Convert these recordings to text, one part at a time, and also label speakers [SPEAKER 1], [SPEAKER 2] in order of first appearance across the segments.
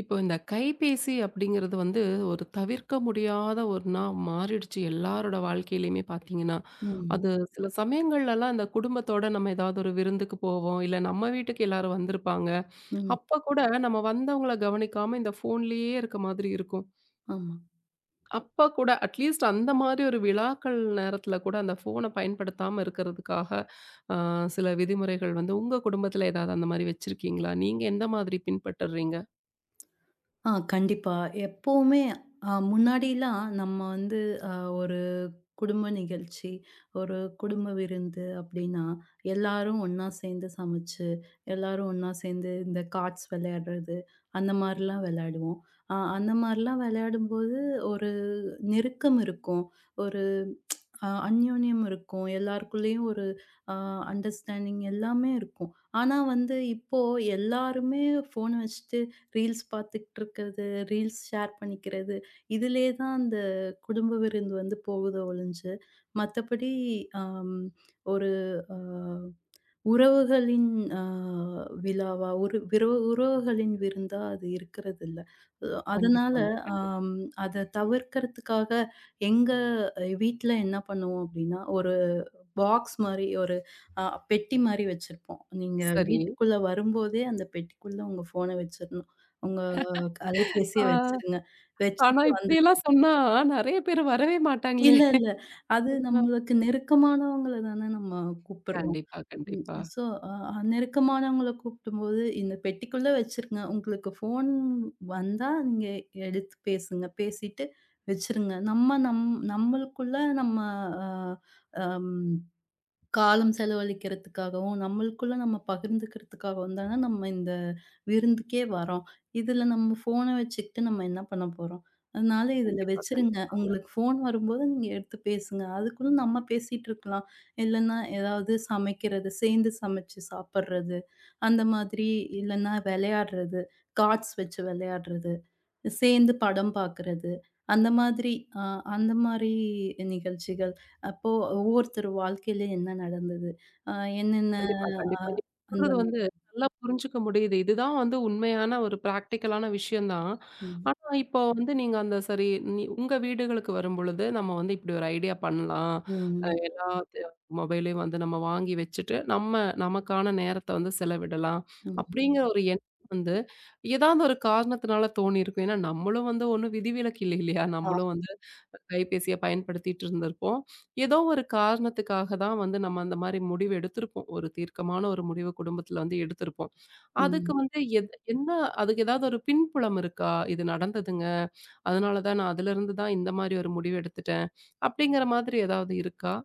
[SPEAKER 1] இப்போ இந்த கைபேசி அப்படிங்கிறது வந்து ஒரு தவிர்க்க முடியாத ஒண்ணா மாறிடுச்சு எல்லாரோட வாழ்க்கையிலையுமே பார்த்தீங்கன்னா.
[SPEAKER 2] ம்.
[SPEAKER 1] அது சில சமயங்கள்லலாம் இந்த குடும்பத்தோட நம்ம ஏதாவது ஒரு விருந்துக்கு போவோம், இல்ல நம்ம வீட்டுக்கு எல்லாரும் வந்திருப்பாங்க.
[SPEAKER 2] ம்.
[SPEAKER 1] அப்ப கூட நம்ம வந்தவங்கள கவனிக்காம இந்த ஃபோன்லயே இருக்க மாதிரி இருக்கும்.
[SPEAKER 2] ஆமா.
[SPEAKER 1] அப்ப கூட அட்லீஸ்ட் அந்த மாதிரி ஒரு விழாக்கள் நேரத்துல கூட அந்த ஃபோன பயன்படுத்தாம இருக்கிறதுக்காக அ சில விதிமுறைகள் வந்து உங்க குடும்பத்துல ஏதாவது அந்த மாரி வச்சிருக்கீங்களா? நீங்க எந்த மாதிரி பின்பற்றுறீங்க?
[SPEAKER 2] ஆ கண்டிப்பா. எப்பவுமே முன்னாடிலாம் நம்ம வந்து அ ஒரு குடும்ப நிகழ்ச்சி, ஒரு குடும்ப விருந்து அப்டின்னா, எல்லாரும் ஒண்ணா சேர்ந்து சமைச்சு, எல்லாரும் ஒண்ணா சேர்ந்து இந்த கார்ட்ஸ் விளையாடுறது, அந்த மாரிலாம் விளையாடுவோம். அந்த மாரிலாம் விளையாடும்போது ஒரு நெருக்கம் இருக்கும். ஒரு அந்யோன்யம் இருக்கும். எல்லாருக்குள்ளேயும் ஒரு அ அண்டர்ஸ்டாண்டிங் எல்லாமே இருக்கும். ஆனா வந்து இப்போ எல்லாருமே ஃபோன் வச்சுட்டு ரீல்ஸ் பார்த்துக்கிட்டு இருக்கிறது, ரீல்ஸ் ஷேர் பண்ணிக்கிறது. இதிலேயே தான் அந்த குடும்ப விருந்து வந்து போகுதே ஒழிஞ்சு, மத்தபடி அம் ஒரு அ உறவுகளின் அ விழாவா, ஒரு விரவு உறவுகளின் விருந்தா அது இருக்கிறதில்ல. அதனால
[SPEAKER 1] கண்டிப்பாங்க, கண்டிப்பா.
[SPEAKER 2] அம் அத தவிர்க்கிறதுக்காக எங்க வீட்ல என்ன பண்ணுவோம் அப்படின்னா, ஒரு பாக்ஸ் மாரி ஒரு அ பெட்டி மாரி வச்சிருப்போம். நீங்க
[SPEAKER 1] சரி.
[SPEAKER 2] வீட்டுக்குள்ள வரும்போதே அந்த பெட்டிக்குள்ள உங்க ஃபோன வச்சிரணும். உங்க அலைபேசிய
[SPEAKER 1] ஆ,
[SPEAKER 2] வச்சிருங்க.
[SPEAKER 1] ஆனா
[SPEAKER 2] வச்சுட்டு வந்து
[SPEAKER 1] இப்படியெல்லாம் சொன்னா நெறைய பேர் வரவே மாட்டாங்களே!
[SPEAKER 2] இல்ல, இல்ல. அது
[SPEAKER 1] ஆ,
[SPEAKER 2] நம்மளுக்கு நெருக்கமானவங்கள தானே நம்ம கூப்பிடுறோம்.
[SPEAKER 1] கண்டிப்பா,
[SPEAKER 2] ம்.
[SPEAKER 1] கண்டிப்பா.
[SPEAKER 2] ஸோ நெருக்கமானவங்கள கூப்பிடும்போது இந்த பெட்டிக்குள்ள வச்சிருங்க. உங்களுக்கு ஃபோன் வந்தா நீங்க எடுத்து பேசுங்க. பேசிட்டு வச்சிருங்க. நம்மளுக்குள்ள நம்ம அ அம் காலம் செலவழிக்கிறதுக்காகவும், நம்மளுக்குள்ள நம்ம பகிர்ந்துக்கிறதுக்காகவும் தான நம்ம இந்த விருந்துக்கே வரோம். இதுல நம்ம ஃபோன வச்சுக்கிட்டு நம்ம என்ன பண்ண போறோம்? அதனால இதுல
[SPEAKER 1] கண்டிப்பா,
[SPEAKER 2] வச்சுருங்க.
[SPEAKER 1] கண்டிப்பா.
[SPEAKER 2] உங்களுக்கு ஃபோன் வரும்போது நீங்க எடுத்து பேசுங்க. அதுக்குள்ள நம்ம பேசிட்டு இருக்கலாம். இல்லன்னா ஏதாவது சமைக்கிறது, சேர்ந்து சமைச்சு சாப்பிடுறது, அந்த மாதிரி இல்லன்னா விளையாடுறது, கார்ட்ஸ் வச்சு விளையாடுறது, சேர்ந்து படம் பார்க்குறது, அந்த மாதிரி அ அந்த மாரி நிகழ்ச்சிகள் அப்போ ஒவ்வொருத்தர் வாழ்க்கையில என்ன நடந்தது? அ என்னென்ன
[SPEAKER 1] கண்டிப்பா,
[SPEAKER 2] அ
[SPEAKER 1] கண்டிப்பா. நீங்க
[SPEAKER 2] அந்த
[SPEAKER 1] சொல்றது வந்து நல்லா புரிஞ்சுக்க முடியுது. இதுதான் வந்து உண்மையான ஒரு பிராக்டிகலான விஷயம் தான்.
[SPEAKER 2] ம்,
[SPEAKER 1] ஆனா, இப்போ வந்து நீங்க அந்த சரி நீ உங்க வீடுகளுக்கு வரும்பொழுது, நம்ம வந்து இப்படி ஒரு ஐடியா பண்ணலாம்.
[SPEAKER 2] ம்,
[SPEAKER 1] எல்லா த மொபைலையும் வந்து நம்ம வாங்கி வச்சுட்டு, நம்ம நமக்கான நேரத்த வந்து செலவிடலாம்.
[SPEAKER 2] ம்.
[SPEAKER 1] அப்படிங்கிற ஒரு எண்ணம் வந்து ஏதாவது ஒரு காரணத்தினால தோணியிருக்கும். ஏன்னா, நம்மளும் வந்து ஒண்ணும் விதிவிலக்கு இல்லை இல்லையா?
[SPEAKER 2] ஆ,
[SPEAKER 1] நம்மளும் வந்து கைபேசிய பயன்படுத்திட்டு இருந்திருப்போம். ஏதோ ஒரு காரணத்துக்காக தான் வந்து நம்ம அந்த மாரி முடிவு எடுத்திருப்போம். ஒரு தீர்க்கமான ஒரு முடிவு குடும்பத்துல வந்து எடுத்திருப்போம். அதுக்கு
[SPEAKER 2] ம்.
[SPEAKER 1] வந்து என்ன அதுக்கு ஏதாவது ஒரு பின்புலம் இருக்கா? இது நடந்ததுங்க. அதனால தான் நான் அதிலிருந்து தான் இந்த மாரி ஒரு முடிவு எடுத்துட்டேன். அப்படிங்கிற மாதிரி ஏதாவது இருக்கா?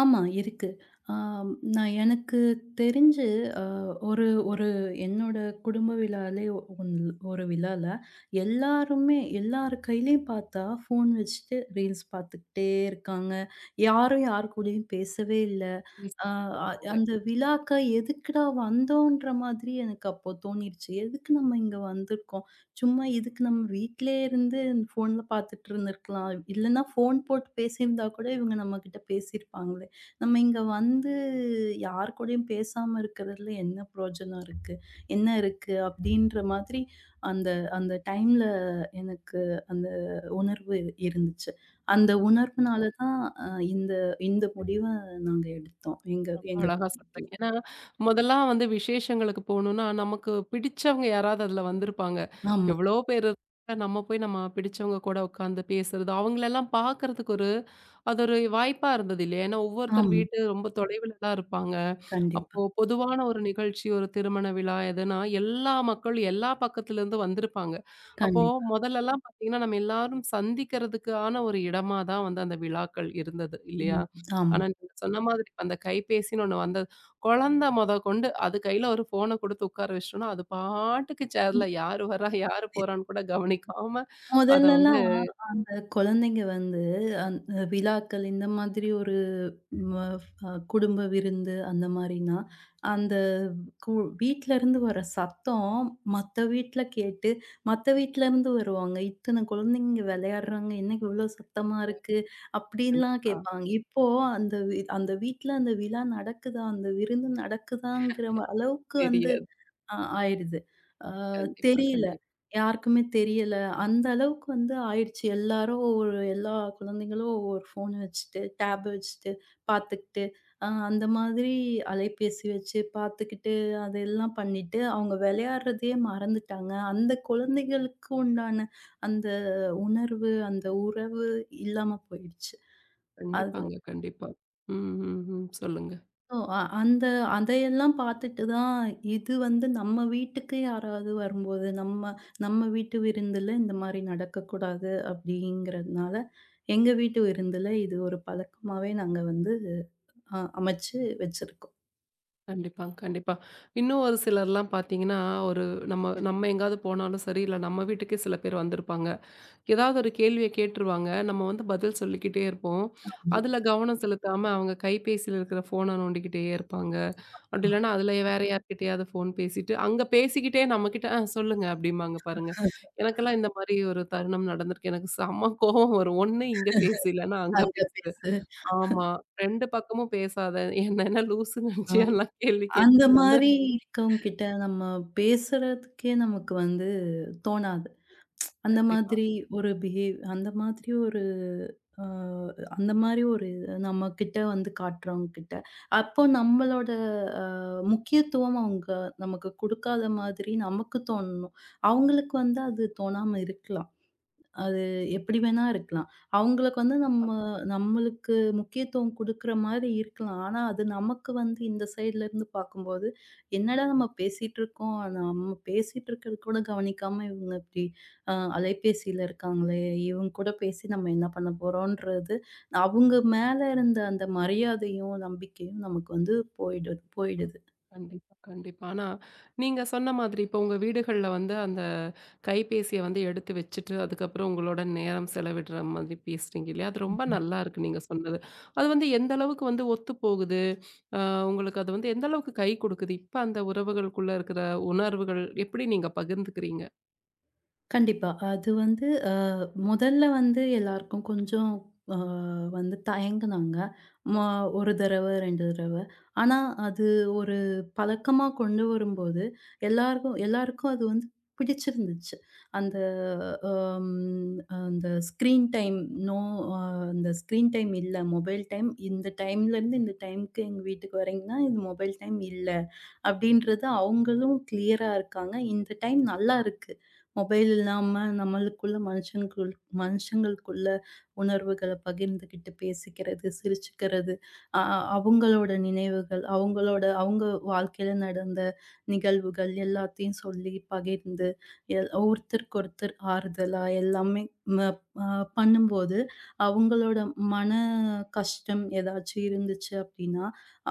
[SPEAKER 2] ஆமா இருக்கு. ஆ நான் எனக்கு தெரிஞ்சு அ ஒரு ஒரு என்னோட குடும்ப விழாலே ஒன் ஒரு விழால எல்லாருமே எல்லார் கையிலயும் பார்த்தா ஃபோன் வச்சுட்டு ரீல்ஸ் பார்த்துக்கிட்டே இருக்காங்க. யாரும் யார் கூடயும் பேசவே இல்ல.
[SPEAKER 1] ப்ளீஸ்
[SPEAKER 2] ஆ
[SPEAKER 1] சொல்லுங்க.
[SPEAKER 2] அந்த விழாக்க எதுக்குடா வந்தோன்ற மாதிரி எனக்கு அப்போ தோணிருச்சு. எதுக்கு நம்ம இங்க வந்திருக்கோம்? சும்மா இதுக்கு நம்ம வீட்லயே இருந்து ஃபோன்ல பார்த்துட்டு இருந்திருக்கலாம். இல்லன்னா ஃபோன் போட்டு பேசியிருந்தா கூட இவங்க நம்மகிட்ட பேசியிருப்பாங்களே. நம்ம இங்க வந்து யார் கூடயும் பேசாம இருக்கிறதுல என்ன பிரயோஜனம் இருக்கு? என்ன இருக்கு? அப்படின்ற மாதிரி அந்த அந்த டைம்ல எனக்கு அந்த உணர்வு இருந்துச்சு. அந்த உணர்வுனால தான் அ இந்த இந்த முடிவ நாங்க எடுத்தோம். எங்க
[SPEAKER 1] ரொம்ப
[SPEAKER 2] எங்க
[SPEAKER 1] அழகா
[SPEAKER 2] வீட்ல.
[SPEAKER 1] சொல்றீங்க. ஏன்னா, முதல்லாம் வந்து விசேஷங்களுக்கு போணும்னா, நமக்கு பிடிச்சவங்க யாராவது அதுல வந்திருப்பாங்க.
[SPEAKER 2] ஆமா,
[SPEAKER 1] எவ்வளோ பேர் இருக்க நம்ம போய் நம்ம பிடிச்சவங்க கூட உட்காந்து பேசுறது, அவங்களெல்லாம் பார்க்கறதுக்கு ஒரு அது ஒரு வாய்ப்பா இருந்தது இல்லையா? ஏன்னா ஒவ்வொருத்தர்
[SPEAKER 2] ஆமா.
[SPEAKER 1] வீட்டு ரொம்ப தொலைவுல தான் இருப்பாங்க.
[SPEAKER 2] கண்டிப்பா,
[SPEAKER 1] அப்போ பொதுவான ஒரு நிகழ்ச்சி, ஒரு திருமண விழா எதுனா, எல்லா மக்களும் எல்லா பக்கத்துலேருந்து வந்திருப்பாங்க. அப்போ
[SPEAKER 2] கண்டிப்பா.
[SPEAKER 1] முதல்லலாம் பார்த்தீங்கன்னா, நம்ம எல்லாரும் சந்திக்கிறதுக்கான ஒரு இடமா தான் வந்து அந்த விழாக்கள் இருந்தது இல்லையா?
[SPEAKER 2] ம். ஆமா.
[SPEAKER 1] ஆனா, நீங்க சொன்ன மாதிரி அந்த கைபேசின்னு ஒண்ணு வந்தது. குழந்தை மொதக்கொண்டு அது கையில ஒரு ஃபோன குடுத்து உட்கார வச்சுட்டோம்னா, அது பாட்டுக்கு சேர்ல யாரு வரா, யாரு போறான்னு கூட கவனிக்காம அத வந்து
[SPEAKER 2] முதல்லலாம் அந்த குழந்தைங்க வந்து, அந்த விழாக்கள் இந்த மாதிரி ஒரு ம குடும்ப விருந்து அந்த மாரினா, அந்த கு வீட்லருந்து வர சத்தம் மத்த வீட்ல கேட்டு, மத்த வீட்லருந்து வருவாங்க. "இத்தன குழந்தைங்க விளையாடுறாங்க, என்ன இவ்ளோ சத்தமா இருக்கு?" அப்படின்லாம்
[SPEAKER 1] கண்டிப்பா
[SPEAKER 2] கேட்பாங்க. இப்போ அந்த அந்த வீட்ல அந்த விழா நடக்குதா, அந்த விருந்து நடக்குதாங்கிற அளவுக்கு வந்து
[SPEAKER 1] தெரியாது.
[SPEAKER 2] ஆயிடுது. ஆ
[SPEAKER 1] கண்டிப்பா,
[SPEAKER 2] தெரியல.
[SPEAKER 1] கண்டிப்பா.
[SPEAKER 2] யாருக்குமே தெரியல. அந்த அளவுக்கு வந்து ஆயிடுச்சு. எல்லாரும் எல்லா குழந்தைங்களும் ஒவ்வொரு ஃபோன் வச்சுட்டு, டேப் வச்சுட்டு, பார்த்துக்கிட்டு, அந்த மாதிரி அலைபேசி வச்சு பார்த்துக்கிட்டு, அதெல்லாம் பண்ணிட்டு, அவங்க விளையாடுறதையே மறந்துட்டாங்க. அந்த குழந்தைகளுக்கு உண்டான அந்த உணர்வு, அந்த உறவு இல்லாம போயிடுச்சு. அது
[SPEAKER 1] கண்டிப்பாங்க, கண்டிப்பா. ம், ம், ம். சொல்லுங்க.
[SPEAKER 2] ஓ! அ அந்த அதையெல்லாம் பார்த்துட்டு தான், இது வந்து நம்ம வீட்டுக்கு யாராவது வரும்போது, நம்ம நம்ம வீட்டு விருந்துல இந்த மாரி நடக்கக்கூடாது அப்படிங்கிறதுனால, எங்க வீட்டு விருந்துல இது ஒரு பழக்கமாவே நாங்க வந்து அமைச்சு வச்சிருக்கோம்.
[SPEAKER 1] கண்டிப்பாங்க, கண்டிப்பா. இன்னும் ஒரு சிலர்லாம் பார்த்தீங்கன்னா, ஒரு நம்ம நம்ம எங்கேயாவது போனாலும் சரி, இல்ல நம்ம வீட்டுக்கே சில பேர் வந்திருப்பாங்க. ஏதாவது ஒரு கேள்விய கேட்டுருவாங்க. நம்ம வந்து பதில் சொல்லிக்கிட்டே இருப்போம்.
[SPEAKER 2] ஆமா.
[SPEAKER 1] அதுல கவனம் செலுத்தாம அவங்க கைபேசியில இருக்கிற ஃபோன நோண்டிக்கிட்டே இருப்பாங்க. அப்படி இல்லன்னா அதுல வேற யார்கிட்டயாவது ஃபோன் பேசிட்டு, அங்க பேசிக்கிட்டே நம்மகிட்ட "ஆ சொல்லுங்க" அப்படிம்பாங்க பாருங்க. எனக்கெல்லாம் இந்த மாரி ஒரு தருணம் நடந்திருக்கு. எனக்கு செம்ம கோவம் வரும். ஒண்ணு இங்க பேசு, இல்லன்னா அங்க
[SPEAKER 2] அங்க
[SPEAKER 1] பேசு.
[SPEAKER 2] பேசு
[SPEAKER 1] ஆமா. 2 பக்கமும் பேசாத. என்ன என்ன லூசுன்னு நெனச்சியா
[SPEAKER 2] ஆம்.
[SPEAKER 1] எல்லாம் கேள்வி
[SPEAKER 2] அந்த
[SPEAKER 1] கேட்பேன் நானு.
[SPEAKER 2] மாரி இருக்கவங்ககிட்ட நம்ம பேசுறதுக்கே நமக்கு வந்து தோணாது. அந்த
[SPEAKER 1] கண்டிப்பா.
[SPEAKER 2] மாதிரி அந்த மாதிரி ஒரு அ அந்த மாரி ஒரு நம்மகிட்ட வந்து காட்டுறவங்க கிட்ட, அப்போ நம்மளோட அ முக்கியத்துவம் அவங்க நமக்கு குடுக்காத மாதிரி நமக்கு தோணணும். அவங்களுக்கு வந்து அது தோணாம இருக்கலாம். அது எப்படி வேணா இருக்கலாம். அவங்களுக்கு வந்து நம்மளுக்கு முக்கியத்துவம் குடுக்குற மாரி இருக்கலாம். ஆனா, அது நமக்கு வந்து இந்த சைட்லருந்து பார்க்கும்போது, "என்னடா நம்ம பேசிட்டு இருக்கோம். நம்ம பேசிட்டு இருக்கிறது கூட கவனிக்காம இவங்க இப்படி அலைபேசியில இருக்காங்களே! இவங்க கூட பேசி நம்ம என்ன பண்ண போறோன்றது" அவங்க மேல இருந்த அந்த மரியாதையும், நம்பிக்கையும் நமக்கு வந்து போயிடுது
[SPEAKER 1] அ
[SPEAKER 2] போயிடுது.
[SPEAKER 1] கண்டிப்பா, கண்டிப்பா. ஆனா, நீங்க சொன்ன மாதிரி இப்போ உங்க வீடுகள்ல வந்து அந்த கைபேசிய வந்து எடுத்து வச்சுட்டு, அதுக்கப்புறம் உங்களோட நேரம் செலவிடுற மாதிரி பேசுறீங்க இல்லையா? அது ரொம்ப நல்லா இருக்கு நீங்க சொன்னது. அது வந்து எந்த அளவுக்கு வந்து ஒத்து போகுது? அ உங்களுக்கு அது வந்து எந்த அளவுக்கு கை குடுக்குது? இப்ப அந்த உறவுகளுக்குள்ள இருக்கிற உணர்வுகள் எப்படி நீங்க பகிர்ந்துக்கிறீங்க?
[SPEAKER 2] கண்டிப்பா. அது வந்து முதல்ல வந்து எல்லாருக்கும் கொஞ்சம் அ வந்து தயங்குனாங்க. மொ 1 தடவ, 2 தடவ. ஆனா, அது ஒரு பழக்கமா கொண்டு வரும்போது, எல்லாருக்கும் எல்லாருக்கும் அது வந்து பிடிச்சிருந்துச்சு. அந்த அம் அந்த ஸ்க்ரீன் டைம் நோ அ அந்த ஸ்க்ரீன் டைம் இல்ல. மொபைல் டைம் இந்த டைம்லேருந்து இந்த டைம்க்கு எங்க வீட்டுக்கு வரீங்கன்னா, இது மொபைல் டைம் இல்ல. அப்படின்றது அவங்களும் கிளியரா இருக்காங்க. இந்த டைம் நல்லா இருக்கு. மொபைல் இல்லாம நம்மளுக்குள்ள மனுஷங்களுக்குள்ள உணர்வுகள பகிர்ந்துகிட்டு பேசிக்கிறது, சிரிச்சுக்கிறது, அ அவங்களோட நினைவுகள், அவங்க வாழ்க்கையில நடந்த நிகழ்வுகள் எல்லாத்தையும் சொல்லி பகிர்ந்து, ஒருத்தருக்கு ஒருத்தர் ஆறுதலா எல்லாமே ம அ பண்ணும்போது, அவங்களோட மன கஷ்டம் ஏதாச்சும் இருந்துச்சு அப்படின்னா,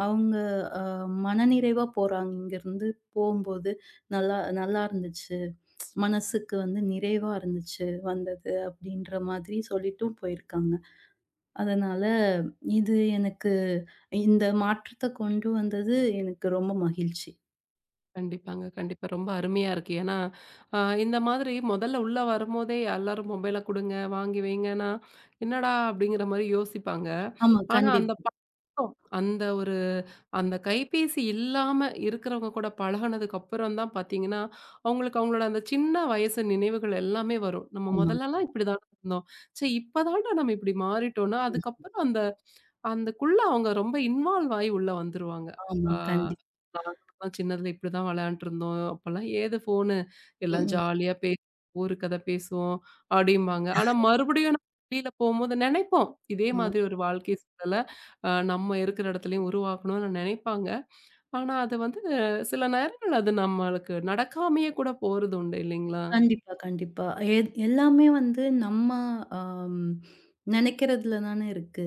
[SPEAKER 2] அவங்க அ மனநிறைவா போறாங்க. இங்கருந்து போம்போது நல்லா நல்லா இருந்துச்சு. மனசுக்கு வந்து நிறைவா இருந்துச்சு வந்தது அப்படின்ற மாதிரி சொல்லிட்டும் போயிருக்காங்க. அதனால இது எனக்கு இந்த மாற்றத்த கொண்டு வந்தது எனக்கு ரொம்ப மகிழ்ச்சி.
[SPEAKER 1] கண்டிப்பாங்க. கண்டிப்பா. ரொம்ப அருமையா இருக்கு. ஏன்னா, அ இந்த மாதிரி முதல்ல உள்ள வரும்போதே எல்லாரும் மொபைல குடுங்க, வாங்கி வைங்கன்னா, என்னடா அப்படிங்கிற மாரி யோசிப்பாங்க.
[SPEAKER 2] ஆமா,
[SPEAKER 1] ஆனா அந்த
[SPEAKER 2] கண்டிப்பா.
[SPEAKER 1] பழக்கம், அந்த ஒரு அந்த கைபேசி இல்லாம இருக்கிறவங்க கூட பழகுனதுக்கு அப்புறம் தான் பார்த்தீங்கன்னா, அவங்களுக்கு அவங்களோட அந்த சின்ன வயசு நினைவுகள் எல்லாமே வரும். நம்ம
[SPEAKER 2] ஆமா.
[SPEAKER 1] முதல்லலாம் இப்படிதான இருந்தோம். ச்சே இப்ப தான்டா நம்ம இப்படி மாறிட்டோம்னா,
[SPEAKER 2] ம்.
[SPEAKER 1] அதுக்கப்புறம் அந்த அந்தக்குள்ள அவங்க ரொம்ப இன்வால்வ் ஆயி உள்ள வந்துருவாங்க.
[SPEAKER 2] ஆமா.
[SPEAKER 1] ஆ
[SPEAKER 2] கண்டிப்பா.
[SPEAKER 1] நாங்கலாம் சின்னதுல இப்படிதான் விளையாண்டுருந்தோம். அப்பலாம் ஏது ஃபோனு
[SPEAKER 2] ம்,
[SPEAKER 1] எல்லாம்
[SPEAKER 2] ம்.
[SPEAKER 1] ஜாலியா பேசி ஊரு கதை பேசுவோம் அப்படிம்பாங்க. ஆனா மறுபடியும் நம்ம வெளியில போம்போது நினைப்போம். இதே
[SPEAKER 2] ஆமா.
[SPEAKER 1] மாதிரி ஒரு வாழ்க்கை சூழல நம்ம இருக்கிற இடத்துலயும் உருவாக்கணும்னு நினைப்பாங்க. ஆனா அது வந்து சில நேரங்கள் அது நம்மளுக்கு நடக்காமயே கூட போறது உண்டு இல்லைங்களா?
[SPEAKER 2] கண்டிப்பா, கண்டிப்பா. எ எல்லாமே வந்து நம்ம அம் நெனைக்கிறதுல தானே இருக்கு.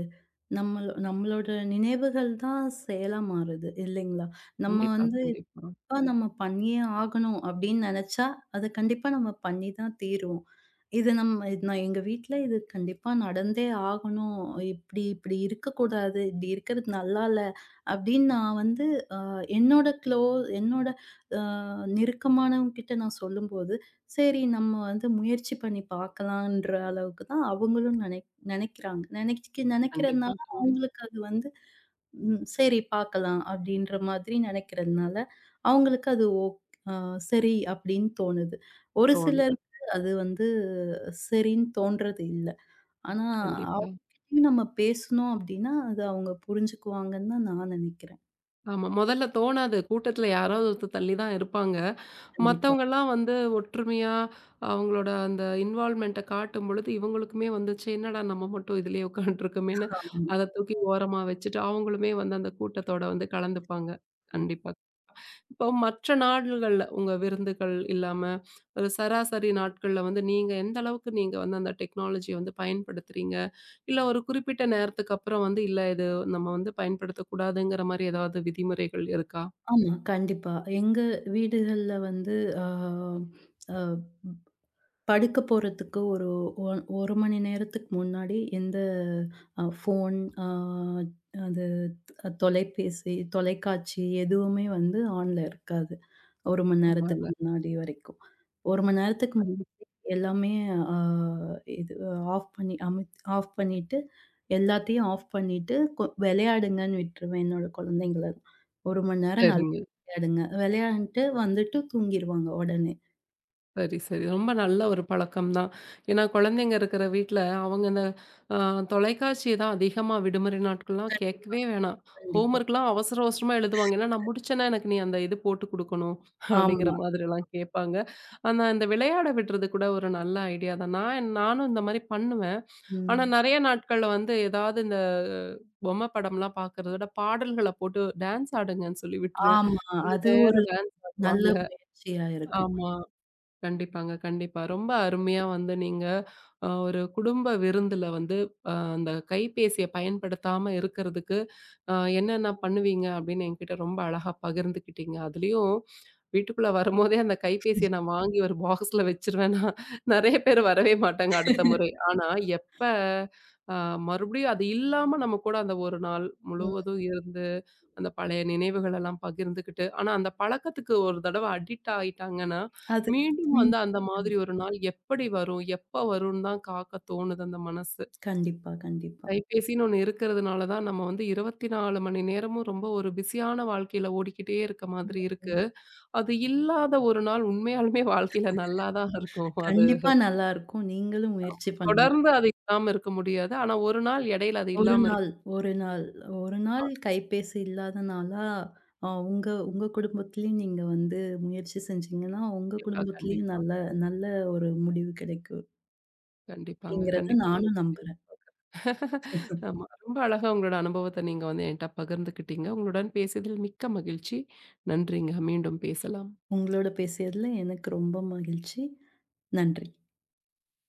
[SPEAKER 2] நம்மளோட நினைவுகள் தான் செயலா மாறுது இல்லைங்களா? நம்ம
[SPEAKER 1] கண்டிப்பா,
[SPEAKER 2] வந்து
[SPEAKER 1] கண்டிப்பா.
[SPEAKER 2] இப்ப நம்ம பண்ணியே ஆகணும் அப்படின்னு நெனைச்சா, அத கண்டிப்பா நம்ம பண்ணி தான் தீருவோம். இது நம்ம இது நான் எங்க வீட்ல இது கண்டிப்பா நடந்தே ஆகணும். இப்படி இப்படி இருக்கக்கூடாது. இப்படி இருக்கிறது நல்லா இல்ல அப்படின்னு நான் வந்து என்னோட க்ளோ என்னோட அ நெருக்கமானவங்க கிட்ட நான் சொல்லும்போது, சரி நம்ம வந்து முயற்சி பண்ணி பார்க்கலான்ற அளவுக்கு தான் அவங்களும் நெனைக்கிறாங்க.
[SPEAKER 1] கண்டிப்பா,
[SPEAKER 2] நெனைக்கிறதுனால
[SPEAKER 1] கண்டிப்பா.
[SPEAKER 2] அவங்களுக்கு அது வந்து சரி பார்க்கலாம் அப்படின்ற மாதிரி நெனைக்கிறதுனால, அவங்களுக்கு அது ஓ அ சரி அப்படின்னு தோணுது. ஒரு
[SPEAKER 1] தோணுது.
[SPEAKER 2] சிலருக்கு அது வந்து சரின்னு தோன்றது இல்ல. ஆனா
[SPEAKER 1] கண்டிப்பா.
[SPEAKER 2] அவங்க கிட்டயும் நம்ம பேசணும் அப்படின்னா, அது அவங்க புரிஞ்சுக்குவாங்கன்னு தான் நான் நெனைக்கிறேன்.
[SPEAKER 1] ஆமா. மொதல்ல தோணாது. கூட்டத்துல யாராவது ஒருத்தர் தள்ளி தான் இருப்பாங்க.
[SPEAKER 2] கண்டிப்பா.
[SPEAKER 1] மத்தவங்கலாம் வந்து ஒற்றுமையா அவங்களோட அந்த இன்வால்வ்மென்ட்ட காட்டும் பொழுது, இவங்களுக்குமே வந்துச்சு, "என்னடா நம்ம மட்டும் இதுலயே உட்காந்துட்டுருக்கோமேன்னு"
[SPEAKER 2] ஆமா.
[SPEAKER 1] அத தூக்கி ஓரமா வச்சுட்டு, அவங்களுமே வந்து அந்த கூட்டத்தோட வந்து கலந்துப்பாங்க. கண்டிப்பா. இப்போ மற்ற நாள்கள்ல உங்க விருந்துகள் இல்லாம, ஒரு சராசரி நாட்கள்ல வந்து நீங்க எந்த அளவுக்கு நீங்க வந்து அந்த டெக்னாலஜிய வந்து பயன்படுத்துறீங்க? இல்ல ஒரு குறிப்பிட்ட நேரத்துக்கு அப்புறம் வந்து, இல்ல இது நம்ம வந்து பயன்படுத்தக்கூடாதுங்கிற மாரி ஏதாவது விதிமுறைகள் இருக்கா?
[SPEAKER 2] ஆமா, கண்டிப்பா. எங்க வீடுகள்ல வந்து அ அ படுக்க போறதுக்கு ஒரு 1 மணி நேரத்துக்கு முன்னாடி எந்த ஃபோன், அ அது தொலைபேசி, தொலைக்காட்சி எதுவுமே வந்து ஆன்ல இருக்காது. 1 மணி
[SPEAKER 1] பரவால்ல.
[SPEAKER 2] நேரத்துக்கு முன்னாடி வரைக்கும். 1 மணி நேரத்துக்கு
[SPEAKER 1] கண்டிப்
[SPEAKER 2] எல்லாமே அ இது ஆஃப் பண்ணிட்டு, எல்லாத்தையும் ஆஃப் பண்ணிட்டு, விளையாடுங்கன்னு விட்டுருவேன் என்னோட குழந்தைங்கள. 1 மணி நேரம் நல்லா
[SPEAKER 1] சரிங்க.
[SPEAKER 2] விளையாடுங்க. விளையாண்ட்டு வந்துட்டு தூங்கிருவாங்க உடனே.
[SPEAKER 1] சரி, சரி. ரொம்ப நல்ல ஒரு பழக்கம் தான். ஏன்னா குழந்தைங்க இருக்கிற வீட்ல அவங்க இந்த அ தொலைக்காட்சிய தான் அதிகமா விடுமுறை நாட்கள்லாம்
[SPEAKER 2] கண்டிப்பா,
[SPEAKER 1] கேட்கவே வேணாம்.
[SPEAKER 2] கண்டிப்பா.
[SPEAKER 1] ஹோம்வொர்க்லாம் அவசர அவசரமா எழுதுவாங்க. ஏன்னா நான் முடிச்சேன்னா எனக்கு நீ அந்த இது போட்டு குடுக்கணும் அப்படிங்கிற
[SPEAKER 2] ஆமா.
[SPEAKER 1] மாதிரிலாம் கேட்பாங்க. ஆனா இந்த விளையாட விடுறது கூட ஒரு நல்ல ஐடியா தான். நானும் இந்த மாரி பண்ணுவேன். ஆனா
[SPEAKER 2] ம்.
[SPEAKER 1] நெறைய நாட்கள்ல வந்து ஏதாவது இந்த அஹ், பொம்மை படம்லாம் பார்க்கறத விட பாடல்கள போட்டு டான்ஸ் ஆடுங்கன்னு சொல்லி விட்டுருவேன்.
[SPEAKER 2] ஆமா.
[SPEAKER 1] கொஞ்ச
[SPEAKER 2] அது ஒரு
[SPEAKER 1] நேரம் டான்ஸ்
[SPEAKER 2] நல்ல
[SPEAKER 1] ஆடுவாங்க.
[SPEAKER 2] முயற்சியா இருக்கும்.
[SPEAKER 1] ஆமா. கண்டிப்பாங்க, கண்டிப்பா. ரொம்ப அருமையா வந்து நீங்க ஒரு குடும்ப விருந்துல வந்து அந்த கைபேசிய பயன்படுத்தாம இருக்கிறதுக்கு என்னென்ன பண்ணுவீங்க அப்படின்னு என்கிட்ட ரொம்ப அழகா பகிர்ந்துக்கிட்டீங்க. அதுலயும் வீட்டுக்குள்ள வரும்போதே அந்த கைபேசிய நான் வாங்கி ஒரு பாக்ஸ்ல வச்சுருவேன்னா, நெறைய பேர் வரவே மாட்டாங்க அடுத்த முறை. ஆனா எப்ப அ மறுபடியும் அது இல்லாம நம்ம கூட அந்த ஒரு நாள்
[SPEAKER 2] ம்.
[SPEAKER 1] முழுவதும் இருந்து, அந்த பழைய நினைவுகள் எல்லாம் பகிர்ந்துக்கிட்டு ஆனா அந்த பழக்கத்துக்கு ஒரு தடவ அடிக்ட் ஆயிட்டாங்கன்னா,
[SPEAKER 2] அது
[SPEAKER 1] மீண்டும் வந்து
[SPEAKER 2] மீண்டும்
[SPEAKER 1] அந்த மாதிரி ஒரு
[SPEAKER 2] மீண்டும்
[SPEAKER 1] நாள் எப்படி வரும்? எப்ப வரும்ன்னு தான் காக்க தோணுது அந்த மனசு.
[SPEAKER 2] கண்டிப்பா, கண்டிப்பா.
[SPEAKER 1] கைபேசின்னு ஒண்ணு இருக்கிறதுனால தான் நம்ம வந்து 24 மணி நேரமும் ரொம்ப ஒரு பிஸியான வாழ்க்கையில ஓடிக்கிட்டே இருக்க மாதிரி இருக்கு.
[SPEAKER 2] ம்.
[SPEAKER 1] அது இல்லாத ஒரு நாள் உண்மையாலுமே வாழ்க்கையில நல்லா தான் இருக்கும். அது
[SPEAKER 2] கண்டிப்பா நல்லாருக்கும். நீங்களும் முயற்சி பண்ணுங்க.
[SPEAKER 1] தொடர்ந்து அது இல்லாம இருக்க முடியாது. ஆனா ஒரு நாள் இடையில அது
[SPEAKER 2] ஒரு
[SPEAKER 1] இல்லாம
[SPEAKER 2] நாள்,
[SPEAKER 1] இருக்கும்.
[SPEAKER 2] ஒரு நாள், ஒரு நாள் கைபேசி இல்லாத நாளா, உங்க உங்க குடும்பத்திலயும் நீங்க வந்து முயற்சி செஞ்சீங்கன்னா, உங்க
[SPEAKER 1] கண்டிப்பா,
[SPEAKER 2] குடும்பத்திலயும்
[SPEAKER 1] கண்டிப்பா.
[SPEAKER 2] நல்ல நல்ல ஒரு முடிவு கிடைக்கும்
[SPEAKER 1] கண்டிப்பாங்க.
[SPEAKER 2] அப்படிங்கிறத
[SPEAKER 1] கண்டிப்பா
[SPEAKER 2] நானும்
[SPEAKER 1] முயற்சி செய்றேன்.
[SPEAKER 2] நம்புறேன்.
[SPEAKER 1] ஆமா. ரொம்ப அழகா உங்களோட அனுபவத்த நீங்க வந்து என்ட்ட பகிர்ந்துக்கிட்டீங்க. உங்களுடன் பேசியதில் மிக்க மகிழ்ச்சி. நன்றிங்க. மீண்டும் பேசலாம்.
[SPEAKER 2] உங்களோட பேசியதுல எனக்கு ரொம்ப மகிழ்ச்சி. நன்றி.